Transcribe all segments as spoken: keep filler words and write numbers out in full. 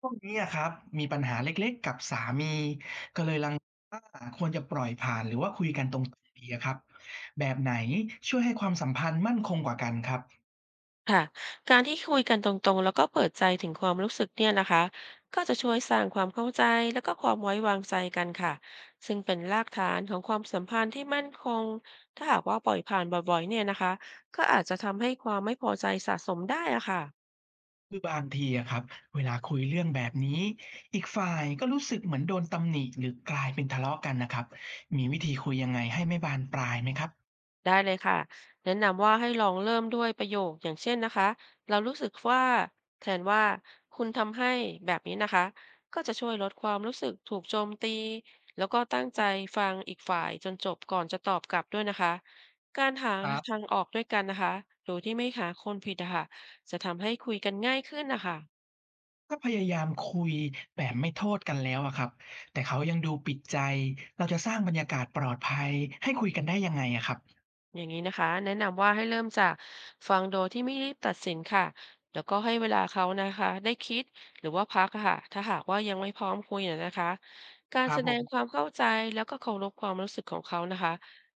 ช่วงนี้อะครับมีปัญหาเล็กๆกับสามีว่าควรจะปล่อยผ่านหรือว่าคุยกันตรงๆดีอะครับแบบไหนช่วยให้ความสัมพันธ์มั่นคงกว่ากันครับค่ะการที่คุยกันตรงๆแล้วก็เปิดใจถึงความรู้สึกเนี่ยนะคะก็จะช่วยสร้างความเข้าใจแล้วก็ความไว้วางใจกันค่ะซึ่งเป็นรากฐานของความสัมพันธ์ที่มั่นคงถ้าหากว่าปล่อยผ่านบ่อยๆเนี่ยนะคะก็อาจจะทำให้ความไม่พอใจสะสมได้อะค่ะ คือบางทีอะครับเวลาคุยเรื่องแบบนี้อีกฝ่ายก็รู้สึกเหมือนโดนตำหนิหรือกลายเป็นทะเลาะกันน่ะครับมีวิธีคุยยังไงให้ไม่บานปลายไหมครับได้เลยค่ะแนะนำว่าให้ลองเริ่มด้วยประโยคอย่างเช่นนะคะเรารู้สึกว่าแทนว่าคุณทำให้แบบนี้นะคะก็จะช่วยลดความรู้สึกถูกโจมตีแล้วก็ตั้งใจฟังอีกฝ่ายจนจบก่อนจะตอบกลับด้วยนะคะการหาครับทางออกด้วยกันนะคะโดยที่ไม่หาคนผิดนะคะจะทำให้คุยกันง่ายขึ้นนะคะ ถ้าพยายามคุยแบบไม่โทษกันแล้วอะครับแต่เขายังดูปิดใจเราจะสร้างบรรยากาศปลอดภัยให้คุยกันได้ยังไงอะครับอย่างนี้นะคะแนะนำว่าให้เริ่มจากฟังโดยที่ไม่รีบตัดสินค่ะแล้วก็ให้เวลาเขานะคะได้คิดหรือว่าพักอะค่ะถ้าหากว่ายังไม่พร้อมคุยนะนะคะกาครรัแสบผดงความมเข้าใจแล้วก็เคารพความรู้สึกของเขานะคะ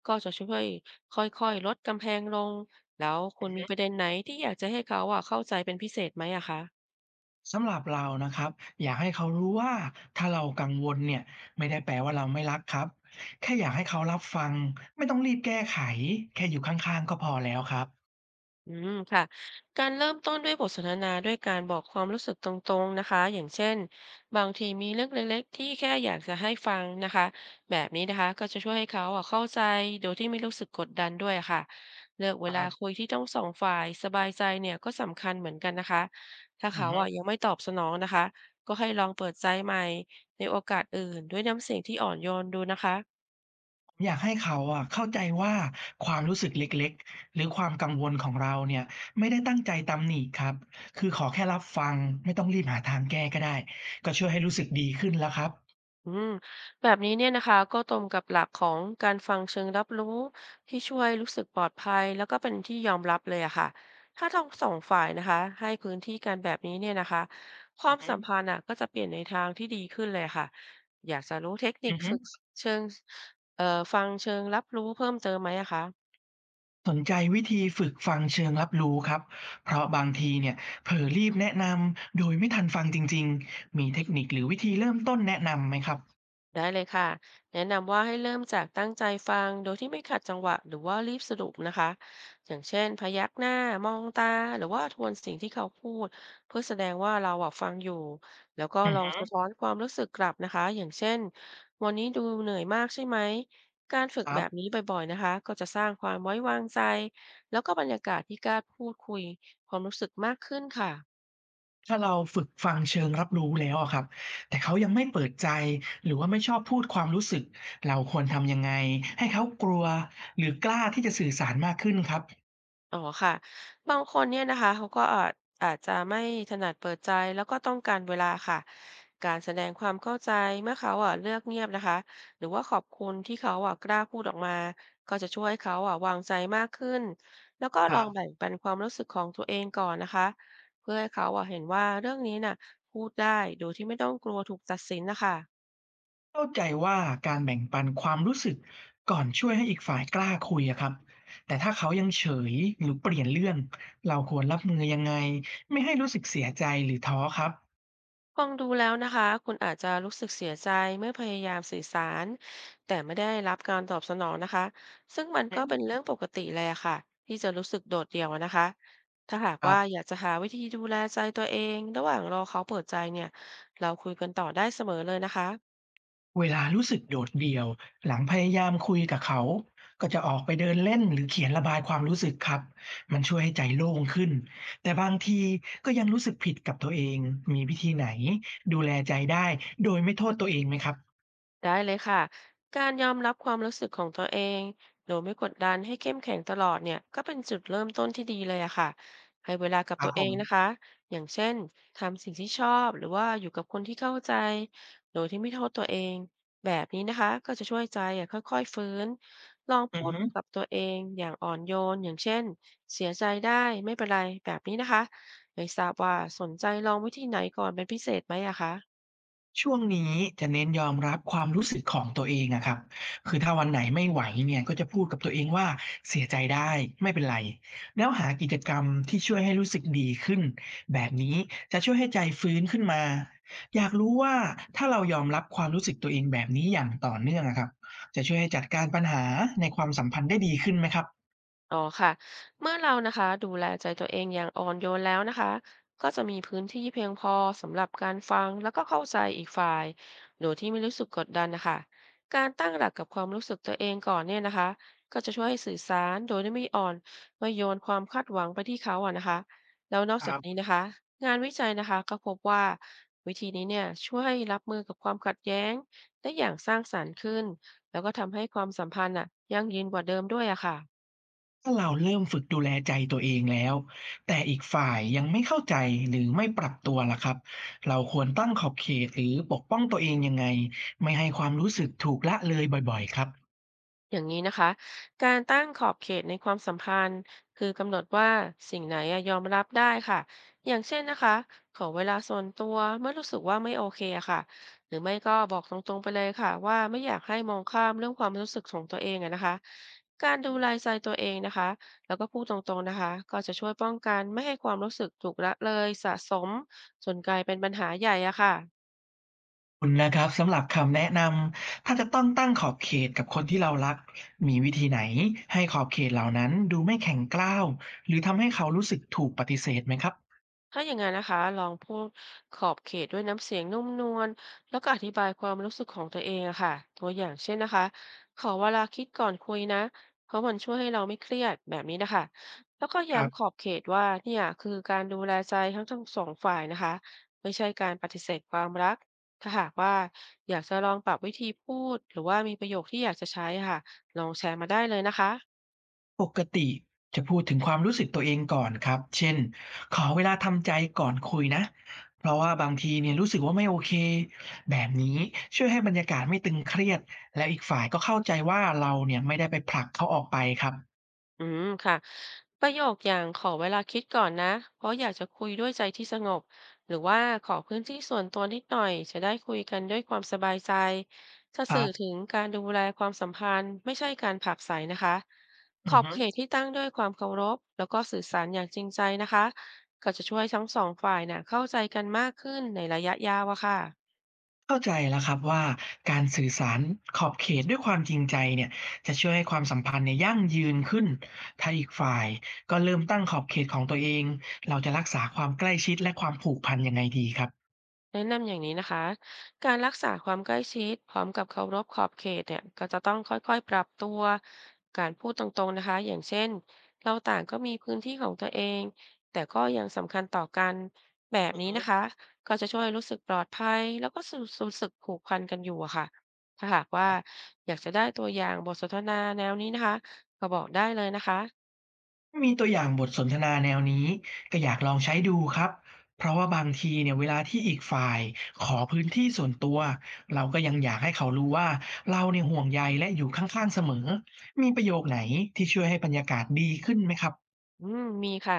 ก็จะช่วยค่อยๆลดกำแพงลงแล้วคุอือณมีฮึ ประเด็นไหนที่อยากจะให้เขาอะเข้าใจเป็นพิเศษไหมอะคะ สำหรับเรานะครับอยากให้เขารู้ว่าถ้าเรากังวลเนี่ยไม่ได้แปลว่าเราไม่รักครับแค่อยากให้เขารับฟังไม่ต้องรีบแก้ไขแค่อยู่ข้างๆก็พอแล้วครับอืมค่ะการเริ่มต้นด้วยบทสนทนาด้วยการบอกความรู้สึกตรงๆนะคะอย่างเช่นบางทีมีเรื่องเล็กๆที่แค่อยากจะให้ฟังนะคะแบบนี้นะคะก็จะช่วยให้เขาอ่ะเข้าใจโดยที่ไม่รู้สึกกดดันด้วยค่ะเลือกคเวรัลาบคุยที่ต้องสองฝ่ายสบายใจเนี่ยก็สำคัญเหมือนกันนะคะถ้าอือเขาฮึอ่ะยังไม่ตอบสนองนะคะก็ให้ลองเปิดใจใหม่ในโอกาสอื่นด้วยน้ำเสียงที่อ่อนโยนดูนะคะ ผมอยากให้เขาอะเข้าใจว่าความรู้สึกเล็กๆหรือความกังวลของเราเนี่ยไม่ได้ตั้งใจตำหนิครับคือขอแค่รับฟังไม่ต้องรีบหาทางแก้ก็ได้ก็ช่วยให้รู้สึกดีขึ้นแล้วครับอืมแบบนี้เนี่ยนะคะก็ตรงกับหลักของการฟังเชิงรับรู้ที่ช่วยรู้สึกปลอดภัยแล้วก็เป็นที่ยอมรับเลยอะค่ะถ้าทั้งสองฝ่ายนะคะให้พื้นที่กันแบบนี้เนี่ยนะคะคอืวาอมฮึสัมพันธ์อะก็จะเปลี่ยนในทางที่ดีขึ้นเลยค่ะอยากจะรู้เทคนิอืคอฮึ ฝึกเชิงเอ่อฟังเชิงรับรู้เพิ่มเติมไหมอะคะ สนใจวิธีฝึกฟังเชิงรับรู้ครับ เพราะบางทีเนี่ยเผลอรีบแนะนำโดยไม่ทันฟังจริงๆ มีเทคนิคหรือวิธีเริ่มต้นแนะนำไหมครับได้เลยค่ะแนะนำว่าให้เริ่มจากตั้งใจฟังโดยที่ไม่ขัดจังหวะหรือว่ารีบสรุปนะคะอย่างเช่นพยักหน้ามองตาหรือว่าทวนสิ่งที่เขาพูดเพื่อแสดงว่าเราอะฟังอยู่แล้วก็อือลองฮึสะท้อนความรู้สึกกลับนะคะอย่างเช่นวันนี้ดูเหนื่อยมากใช่ไหมการฝึคกรัแบบบนี้บ่อยๆนะคะก็จะสร้างความไว้วางใจแล้วก็บรรยากาศที่กล้าพูดคุยความรู้สึกมากขึ้นค่ะ ถ้าเราฝึกฟังเชิงรับรู้แล้วอะครับแต่เขายังไม่เปิดใจหรือว่าไม่ชอบพูดความรู้สึกเราควรทำยังไงให้เขากลัวหรือกล้าที่จะสื่อสารมากขึ้นครับอ๋อค่ะบางคนเนี่ยนะคะเขาก็อาจอาจจะไม่ถนัดเปิดใจแล้วก็ต้องการเวลาค่ะการแสดงความเข้าใจเมื่อเขาอ่ะเลือกเงียบนะคะหรือว่าขอบคุณที่เขาอ่ะกล้าพูดออกมาก็จะช่วยให้เขาอ่ะวางใจมากขึ้นแล้วก็คลองรับ แบ่งปันความรู้สึกของตัวเองก่อนนะคะเพื่อให้เขาอ่ะเห็นว่าเรื่องนี้น่ะพูดได้โดยที่ไม่ต้องกลัวถูกตัดสินนะคะ เข้าใจว่าการแบ่งปันความรู้สึกก่อนช่วยให้อีกฝ่ายกล้าคุยอะครับแต่ถ้าเขายังเฉยหรือเปลี่ยนเรื่องเราควรรับมือยังไงไม่ให้รู้สึกเสียใจหรือท้อครับฟังดูแล้วนะคะคุณอาจจะรู้สึกเสียใจเมื่อพยายามสื่อสารแต่ไม่ได้รับการตอบสนองนะคะซึ่งมันอืก็เป็นมเรื่องปกติเลยอะค่ะที่จะรู้สึกโดดเดี่ยวอะนะคะถ้าหากครับว่าอยากจะหาวิธีดูแลใจตัวเองระหว่างรอเขาเปิดใจเนี่ยเราคุยกันต่อได้เสมอเลยนะคะ เวลารู้สึกโดดเดี่ยวหลังพยายามคุยกับเขาก็จะออกไปเดินเล่นหรือเขียนระบายความรู้สึกครับมันช่วยให้ใจโล่งขึ้นแต่บางทีก็ยังรู้สึกผิดกับตัวเองมีวิธีไหนดูแลใจได้โดยไม่โทษตัวเองไหมครับได้เลยค่ะ การยอมรับความรู้สึกของตัวเองโดยไม่กดดันให้เข้มแข็งตลอดเนี่ยก็เป็นจุดเริ่มต้นที่ดีเลยอะค่ะให้เวลากับครับตัวผเอมงนะคะอย่างเช่นทำสิ่งที่ชอบหรือว่าอยู่กับคนที่เข้าใจโดยที่ไม่โทษตัวเองแบบนี้นะคะก็จะช่วยใจอะค่อยๆฟื้นลองอืพูอดฮึ กับตัวเองอย่างอ่อนโยนอย่างเช่นเสียใจได้ไม่เป็นไรแบบนี้นะคะไม่ทราบว่าสนใจลองวิธีไหนก่อนเป็นพิเศษไหมอะคะ ช่วงนี้จะเน้นยอมรับความรู้สึกของตัวเองอะครับคือถ้าวันไหนไม่ไหวเนี่ยก็จะพูดกับตัวเองว่าเสียใจได้ไม่เป็นไรแล้วหากิจกรรมที่ช่วยให้รู้สึกดีขึ้นแบบนี้จะช่วยให้ใจฟื้นขึ้นมาอยากรู้ว่าถ้าเรายอมรับความรู้สึกตัวเองแบบนี้อย่างต่อเนื่องอะครับจะช่วยให้จัดการปัญหาในความสัมพันธ์ได้ดีขึ้นไหมครับอ๋อค่ะ เมื่อเรานะคะดูแลใจตัวเองอย่างอ่อนโยนแล้วนะคะ ก็จะมีพื้นที่เพียงพอสำหรับการฟังแล้วก็เข้าใจอีกฝ่ายโดยที่ไม่รู้สึกกดดันนะคะ การตั้งหลักกับความรู้สึกตัวเองก่อนเนี่ยนะคะก็จะช่วยให้สื่อสารโดยที่ไม่อ่อนไม่โยนความคาดหวังไปที่เขาอะนะคะ แล้วนอคกจารักบ นี้นะคะงานวิจัยนะคะก็พบว่าวิธีนี้เนี่ยช่วยให้รับมือกับความขัดแย้งได้อย่างสร้างสรรค์ขึ้นแล้วก็ทำให้ความสัมพันธ์อะยั่งยืนกว่าเดิมด้วยอะค่ะ ถ้าเราเริ่มฝึกดูแลใจตัวเองแล้วแต่อีกฝ่ายยังไม่เข้าใจหรือไม่ปรับตัวล่ะครับเราควรตั้งขอบเขตหรือปกป้องตัวเองยังไงไม่ให้ความรู้สึกถูกละเลยบ่อยๆครับขอย่างนี้นะคะการตั้งขอบเขตในความสัมพันธ์คือกำหนดว่าสิ่งไหนอะยอมรับได้ค่ะอย่างเช่นนะคะขอเวลาส่วนตัวเมื่อรู้สึกว่าไม่โอเคอะค่ะหรือไม่ก็บอกตรงๆไปเลยค่ะว่าไม่อยากให้มองข้ามเรื่องความรู้สึกของตัวเองอะนะคะการดูแลใจตัวเองนะคะแล้วก็พูดตรงๆนะคะก็จะช่วยป้องกันไม่ให้ความรู้สึกถูกละเลยสะสมจนกลายเป็นปัญหาใหญ่อะค่ะ อบคุณนะครับสำหรับคำแนะนำถ้าจะต้องตั้งขอบเขตกับคนที่เรารักมีวิธีไหนให้ขอบเขตเหล่านั้นดูไม่แข็งกร้าวหรือทำให้เขารู้สึกถูกปฏิเสธไหมครับถ้าอย่างนั้นนะคะลองพูดขอบเขตด้วยน้ำเสียงนุ่มนวลแล้วก็อธิบายความรู้สึกของตัวเองอะค่ะตัวอย่างเช่นนะคะขอเวลาคิดก่อนคุยนะเพราะมันช่วยให้เราไม่เครียดแบบนี้นะคะแล้วก็ครับ ย้ำขอบเขตว่าเนี่ยคือการดูแลใจทั้งทั้งสองฝ่ายนะคะไม่ใช่การปฏิเสธความรักถ้าหากว่าอยากจะลองปรับวิธีพูดหรือว่ามีประโยคที่อยากจะใช้อะค่ะลองแชร์มาได้เลยนะคะ ปกติจะพูดถึงความรู้สึกตัวเองก่อนครับเช่นขอเวลาทำใจก่อนคุยนะ เพราะว่าบางทีเนี่ยรู้สึกว่าไม่โอเคแบบนี้ช่วยให้บรรยากาศไม่ตึงเครียดและอีกฝ่ายก็เข้าใจว่าเราเนี่ยไม่ได้ไปผลักเขาออกไปครับอืมค่ะประโยคอย่างขอเวลาคิดก่อนนะเพราะอยากจะคุยด้วยใจที่สงบหรือว่าขอพื้นที่ส่วนตัวนิดหน่อยจะได้คุยกันด้วยความสบายใจจะครัสื่อบถึงการดูแลความสัมพันธ์ไม่ใช่การผลักไสนะคะอืขออบฮึเขตที่ตั้งด้วยความเคารพแล้วก็สื่อสารอย่างจริงใจนะคะก็จะช่วยทั้งสองฝ่ายน่ะเข้าใจกันมากขึ้นในระยะยาวอะค่ะ เข้าใจแล้วครับว่าการสื่อสารขอบเขตด้วยความจริงใจเนี่ยจะช่วยให้ความสัมพันธ์เนี่ยยั่งยืนขึ้นถ้าอีกฝ่ายก็เริ่มตั้งขอบเขตของตัวเองเราจะรักษาความใกล้ชิดและความผูกพันยังไงดีครับ แนะนำอย่างนี้นะคะ การรักษาความใกล้ชิดพร้อมกับเคารพขอบเขตเนี่ยก็จะต้องค่อยๆปรับตัวการพูดตรงๆนะคะอย่างเช่นเราต่างก็มีพื้นที่ของตัวเองแต่ก็ยังสำคัญต่อกันแบบนี้นะคะก็จะช่วยรู้สึกปลอดภัยแล้วก็รู้รู้สึกผูกพันกันอยู่อะค่ะถ้าหากว่าอยากจะได้ตัวอย่างบทสนทนาแนวนี้นะคะก็บอกได้เลยนะคะ ถ้ามีตัวอย่างบทสนทนาแนวนี้ก็อยากลองใช้ดูครับเพราะว่าบางทีเนี่ยเวลาที่อีกฝ่ายขอพื้นที่ส่วนตัวเราก็ยังอยากให้เขารู้ว่าเราเนี่ยห่วงใยและอยู่ข้างๆเสมอมีประโยคไหนที่ช่วยให้บรรยากาศดีขึ้นไหมครับอืมมีค่ะ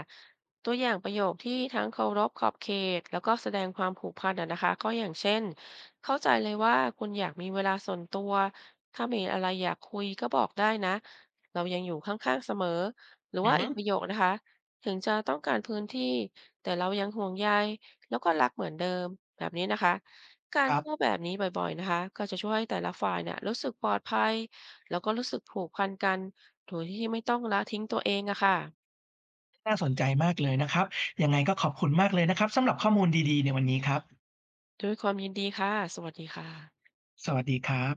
ตัวอย่างประโยคที่ทั้งเคารพขอบเขตแล้วก็แสดงความผูกพันอะนะคะก็อย่างเช่นเข้าใจเลยว่าคุณอยากมีเวลาส่วนตัวถ้ามีอะไรอยากคุยก็บอกได้นะเรายังอยู่ข้างๆเสมอหรืออือว่าฮึอีกประโยคนะคะถึงจะต้องการพื้นที่แต่เรายังห่วงใยแล้วก็รักเหมือนเดิมแบบนี้นะคะกาครรับพูดแบบนี้บ่อยๆนะคะก็จะช่วยให้แต่ละฝ่ายเนี่ยรู้สึกปลอดภัยแล้วก็รู้สึกผูกพันกันโดยที่ไม่ต้องละทิ้งตัวเองอะค่ะ น่าสนใจมากเลยนะครับยังไงก็ขอบคุณมากเลยนะครับสำหรับข้อมูลดีๆในวันนี้ครับด้วยความยินดีค่ะ สวัสดีค่ะสวัสดีครับ